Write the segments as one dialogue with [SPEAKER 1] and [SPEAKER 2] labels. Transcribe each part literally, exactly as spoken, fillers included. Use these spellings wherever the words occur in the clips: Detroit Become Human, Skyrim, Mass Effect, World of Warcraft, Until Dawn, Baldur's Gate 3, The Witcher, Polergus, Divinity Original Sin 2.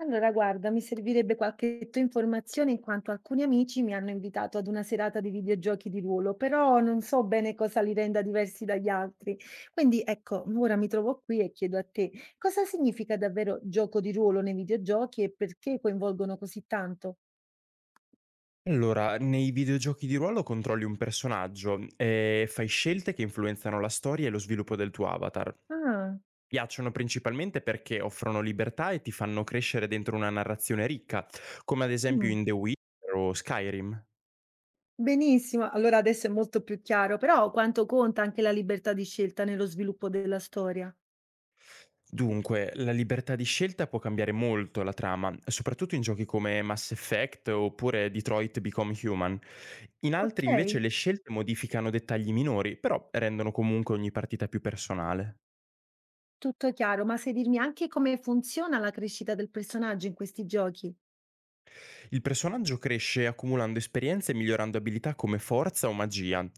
[SPEAKER 1] Allora, guarda, mi servirebbe qualche tua informazione in quanto alcuni amici mi hanno invitato ad una serata di videogiochi di ruolo, però non so bene cosa li renda diversi dagli altri. Quindi, ecco, ora mi trovo qui e chiedo a te, cosa significa davvero gioco di ruolo nei videogiochi e perché coinvolgono così tanto?
[SPEAKER 2] Allora, nei videogiochi di ruolo controlli un personaggio e fai scelte che influenzano la storia e lo sviluppo del tuo avatar.
[SPEAKER 1] Ah,
[SPEAKER 2] Piacciono principalmente perché offrono libertà e ti fanno crescere dentro una narrazione ricca, come ad esempio
[SPEAKER 1] mm,
[SPEAKER 2] in The Witcher o Skyrim.
[SPEAKER 1] benissimo, allora adesso è molto più chiaro, però quanto conta anche la libertà di scelta nello sviluppo della storia?
[SPEAKER 2] Dunque, la libertà di scelta può cambiare molto la trama, soprattutto in giochi come Mass Effect oppure Detroit Become Human. In altri
[SPEAKER 1] Ok.
[SPEAKER 2] invece le scelte modificano dettagli minori, però rendono comunque ogni partita più personale.
[SPEAKER 1] Tutto chiaro, ma sai dirmi anche come funziona la crescita del personaggio in questi giochi?
[SPEAKER 2] Il personaggio cresce accumulando esperienze e migliorando abilità come forza o magia.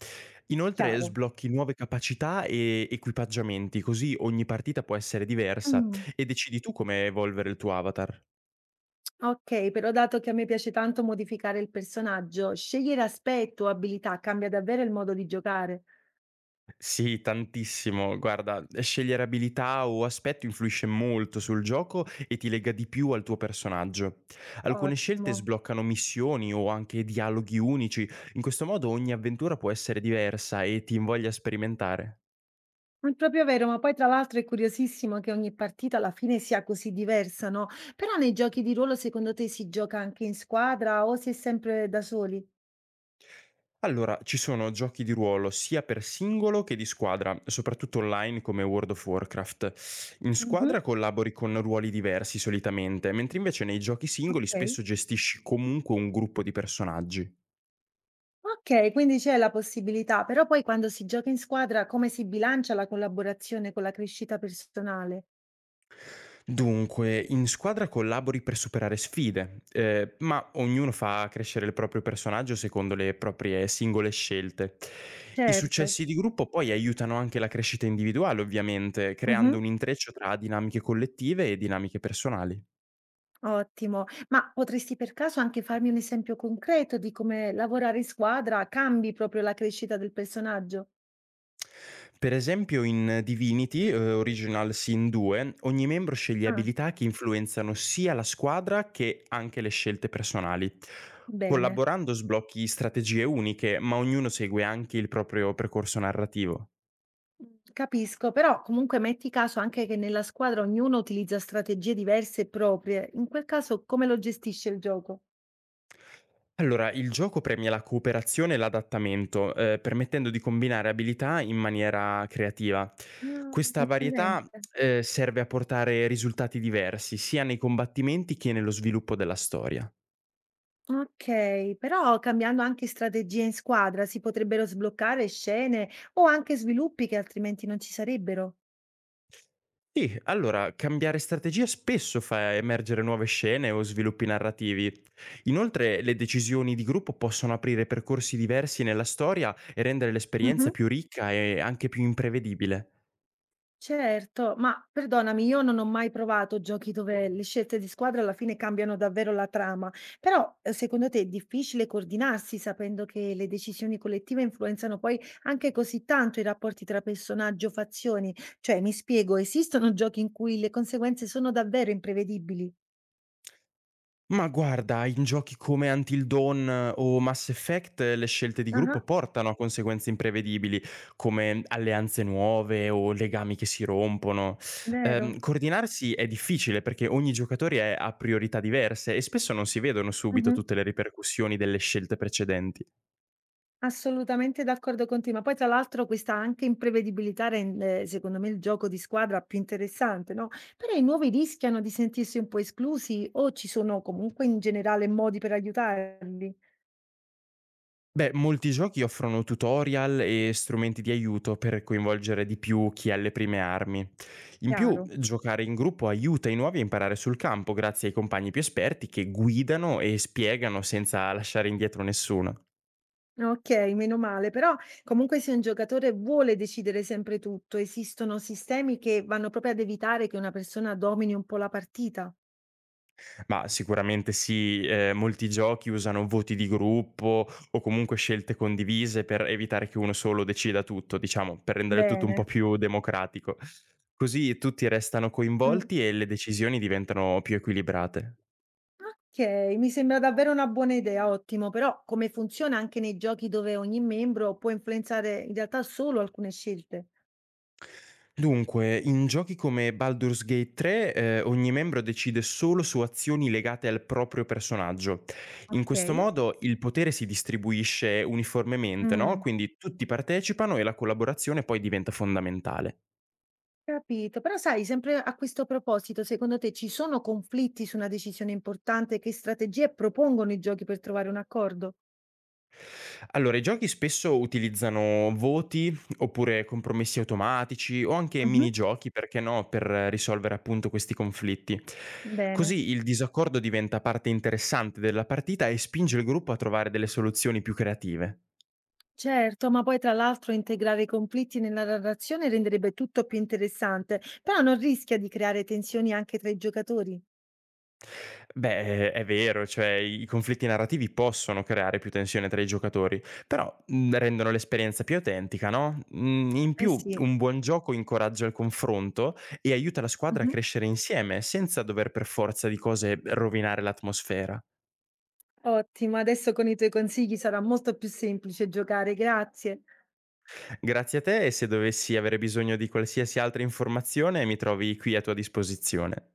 [SPEAKER 2] Inoltre
[SPEAKER 1] Chiaro.
[SPEAKER 2] sblocchi nuove capacità e equipaggiamenti, così ogni partita può essere diversa
[SPEAKER 1] Mm,
[SPEAKER 2] e decidi tu come evolvere il tuo avatar.
[SPEAKER 1] ok, però dato che a me piace tanto modificare il personaggio, scegliere aspetto o abilità cambia davvero il modo di giocare.
[SPEAKER 2] Sì, tantissimo. Guarda, scegliere abilità o aspetto influisce molto sul gioco e ti lega di più al tuo personaggio. Alcune scelte
[SPEAKER 1] Ottimo.
[SPEAKER 2] sbloccano missioni o anche dialoghi unici. In questo modo ogni avventura può essere diversa e ti invoglia a sperimentare.
[SPEAKER 1] È proprio vero, ma poi tra l'altro è curiosissimo che ogni partita alla fine sia così diversa, no? Però nei giochi di ruolo secondo te si gioca anche in squadra o si è sempre da soli?
[SPEAKER 2] Allora, ci sono giochi di ruolo sia per singolo che di squadra, soprattutto online come World of Warcraft. In
[SPEAKER 1] Mhm.
[SPEAKER 2] squadra collabori con ruoli diversi solitamente, mentre invece nei giochi singoli
[SPEAKER 1] Ok.
[SPEAKER 2] spesso gestisci comunque un gruppo di personaggi.
[SPEAKER 1] Okay, quindi c'è la possibilità, però poi quando si gioca in squadra come si bilancia la collaborazione con la crescita personale?
[SPEAKER 2] Dunque, in squadra collabori per superare sfide, eh, ma ognuno fa crescere il proprio personaggio secondo le proprie singole scelte. I
[SPEAKER 1] Certo.
[SPEAKER 2] successi di gruppo poi aiutano anche la crescita individuale, ovviamente, creando
[SPEAKER 1] Mh-mh.
[SPEAKER 2] un intreccio tra dinamiche collettive e dinamiche personali.
[SPEAKER 1] Ottimo. Ma potresti per caso anche farmi un esempio concreto di come lavorare in squadra cambi proprio la crescita del personaggio?
[SPEAKER 2] Per esempio in Divinity, uhm, Original Sin due, ogni membro sceglie
[SPEAKER 1] Ah,
[SPEAKER 2] abilità che influenzano sia la squadra che anche le scelte personali.
[SPEAKER 1] bene.
[SPEAKER 2] Collaborando sblocchi strategie uniche, ma ognuno segue anche il proprio percorso narrativo.
[SPEAKER 1] Mh, capisco, però comunque metti caso anche che nella squadra ognuno utilizza strategie diverse e proprie. In quel caso come lo gestisce il gioco?
[SPEAKER 2] Allora, il gioco premia la cooperazione e l'adattamento, uhm, permettendo di combinare abilità in maniera creativa.
[SPEAKER 1] Ah,
[SPEAKER 2] Questa varietà,
[SPEAKER 1] eccellente.
[SPEAKER 2] uhm, serve a portare risultati diversi, sia nei combattimenti che nello sviluppo della storia.
[SPEAKER 1] Okay, però cambiando anche strategia in squadra si potrebbero sbloccare scene o anche sviluppi che altrimenti non ci sarebbero.
[SPEAKER 2] Sì, allora, cambiare strategia spesso fa emergere nuove scene o sviluppi narrativi. Inoltre, le decisioni di gruppo possono aprire percorsi diversi nella storia e rendere
[SPEAKER 1] Mh-mh.
[SPEAKER 2] l'esperienza più ricca e anche più imprevedibile.
[SPEAKER 1] Certo, ma perdonami, io non ho mai provato giochi dove le scelte di squadra alla fine cambiano davvero la trama, però, ehm, secondo te è difficile coordinarsi sapendo che le decisioni collettive influenzano poi anche così tanto i rapporti tra personaggio o fazioni? Cioè, mi spiego, esistono giochi in cui le conseguenze sono davvero imprevedibili?
[SPEAKER 2] Ma guarda, in giochi come Until Dawn eh, o Mass Effect eh, le scelte di
[SPEAKER 1] Ah-ah,
[SPEAKER 2] gruppo portano a conseguenze imprevedibili, come alleanze nuove o legami che si rompono.
[SPEAKER 1] vero.
[SPEAKER 2] Ehm, coordinarsi è difficile perché ogni giocatore ha priorità diverse e spesso non si vedono subito
[SPEAKER 1] Mh-mh.
[SPEAKER 2] tutte le ripercussioni delle scelte precedenti.
[SPEAKER 1] Assolutamente d'accordo con te, ma poi tra l'altro questa anche imprevedibilità rende, secondo me, il gioco di squadra più interessante, no? Però i nuovi rischiano di sentirsi un po' esclusi o ci sono comunque in generale modi per aiutarli?
[SPEAKER 2] Beh, molti giochi offrono tutorial e strumenti di aiuto per coinvolgere di più chi ha le prime armi. In più,
[SPEAKER 1] Chiaro.
[SPEAKER 2] giocare in gruppo aiuta i nuovi a imparare sul campo grazie ai compagni più esperti che guidano e spiegano senza lasciare indietro nessuno.
[SPEAKER 1] Ok, meno male, però comunque se un giocatore vuole decidere sempre tutto, esistono sistemi che vanno proprio ad evitare che una persona domini un po' la partita.
[SPEAKER 2] Ma sicuramente sì, eh, molti giochi usano voti di gruppo o comunque scelte condivise per evitare che uno solo decida tutto, diciamo, per rendere il tutto un po'
[SPEAKER 1] Bene.
[SPEAKER 2] più democratico. Così tutti restano
[SPEAKER 1] Mm.
[SPEAKER 2] coinvolti e le decisioni diventano più equilibrate.
[SPEAKER 1] Okay, mi sembra davvero una buona idea, ottimo. Però come funziona anche nei giochi dove ogni membro può influenzare in realtà solo alcune scelte?
[SPEAKER 2] Dunque, in giochi come Baldur's Gate tre, eh, ogni membro decide solo su azioni legate al proprio personaggio. In questo
[SPEAKER 1] Okay.
[SPEAKER 2] modo il potere si distribuisce uniformemente, no?
[SPEAKER 1] Mh,
[SPEAKER 2] Quindi tutti partecipano e la collaborazione poi diventa fondamentale.
[SPEAKER 1] capito. Però sai, sempre a questo proposito, secondo te ci sono conflitti su una decisione importante? Che strategie propongono i giochi per trovare un accordo?
[SPEAKER 2] Allora, i giochi spesso utilizzano voti, oppure compromessi automatici o anche
[SPEAKER 1] Mh-mh.
[SPEAKER 2] minigiochi, perché no, per risolvere appunto questi conflitti.
[SPEAKER 1] Bene.
[SPEAKER 2] Così il disaccordo diventa parte interessante della partita e spinge il gruppo a trovare delle soluzioni più creative.
[SPEAKER 1] Certo, ma poi tra l'altro integrare i conflitti nella narrazione renderebbe tutto più interessante, però non rischia di creare tensioni anche tra i giocatori?
[SPEAKER 2] Beh, è vero, cioè i conflitti narrativi possono creare più tensione tra i giocatori, però mh, rendono l'esperienza più autentica, no? Mm, in
[SPEAKER 1] Eh
[SPEAKER 2] più,
[SPEAKER 1] sì.
[SPEAKER 2] un buon gioco incoraggia il confronto e aiuta la squadra a
[SPEAKER 1] Mh-mh.
[SPEAKER 2] crescere insieme, senza dover per forza di cose rovinare l'atmosfera.
[SPEAKER 1] Ottimo, adesso con i tuoi consigli sarà molto più semplice giocare, grazie.
[SPEAKER 2] Grazie a te e se dovessi avere bisogno di qualsiasi altra informazione mi trovi qui a tua disposizione.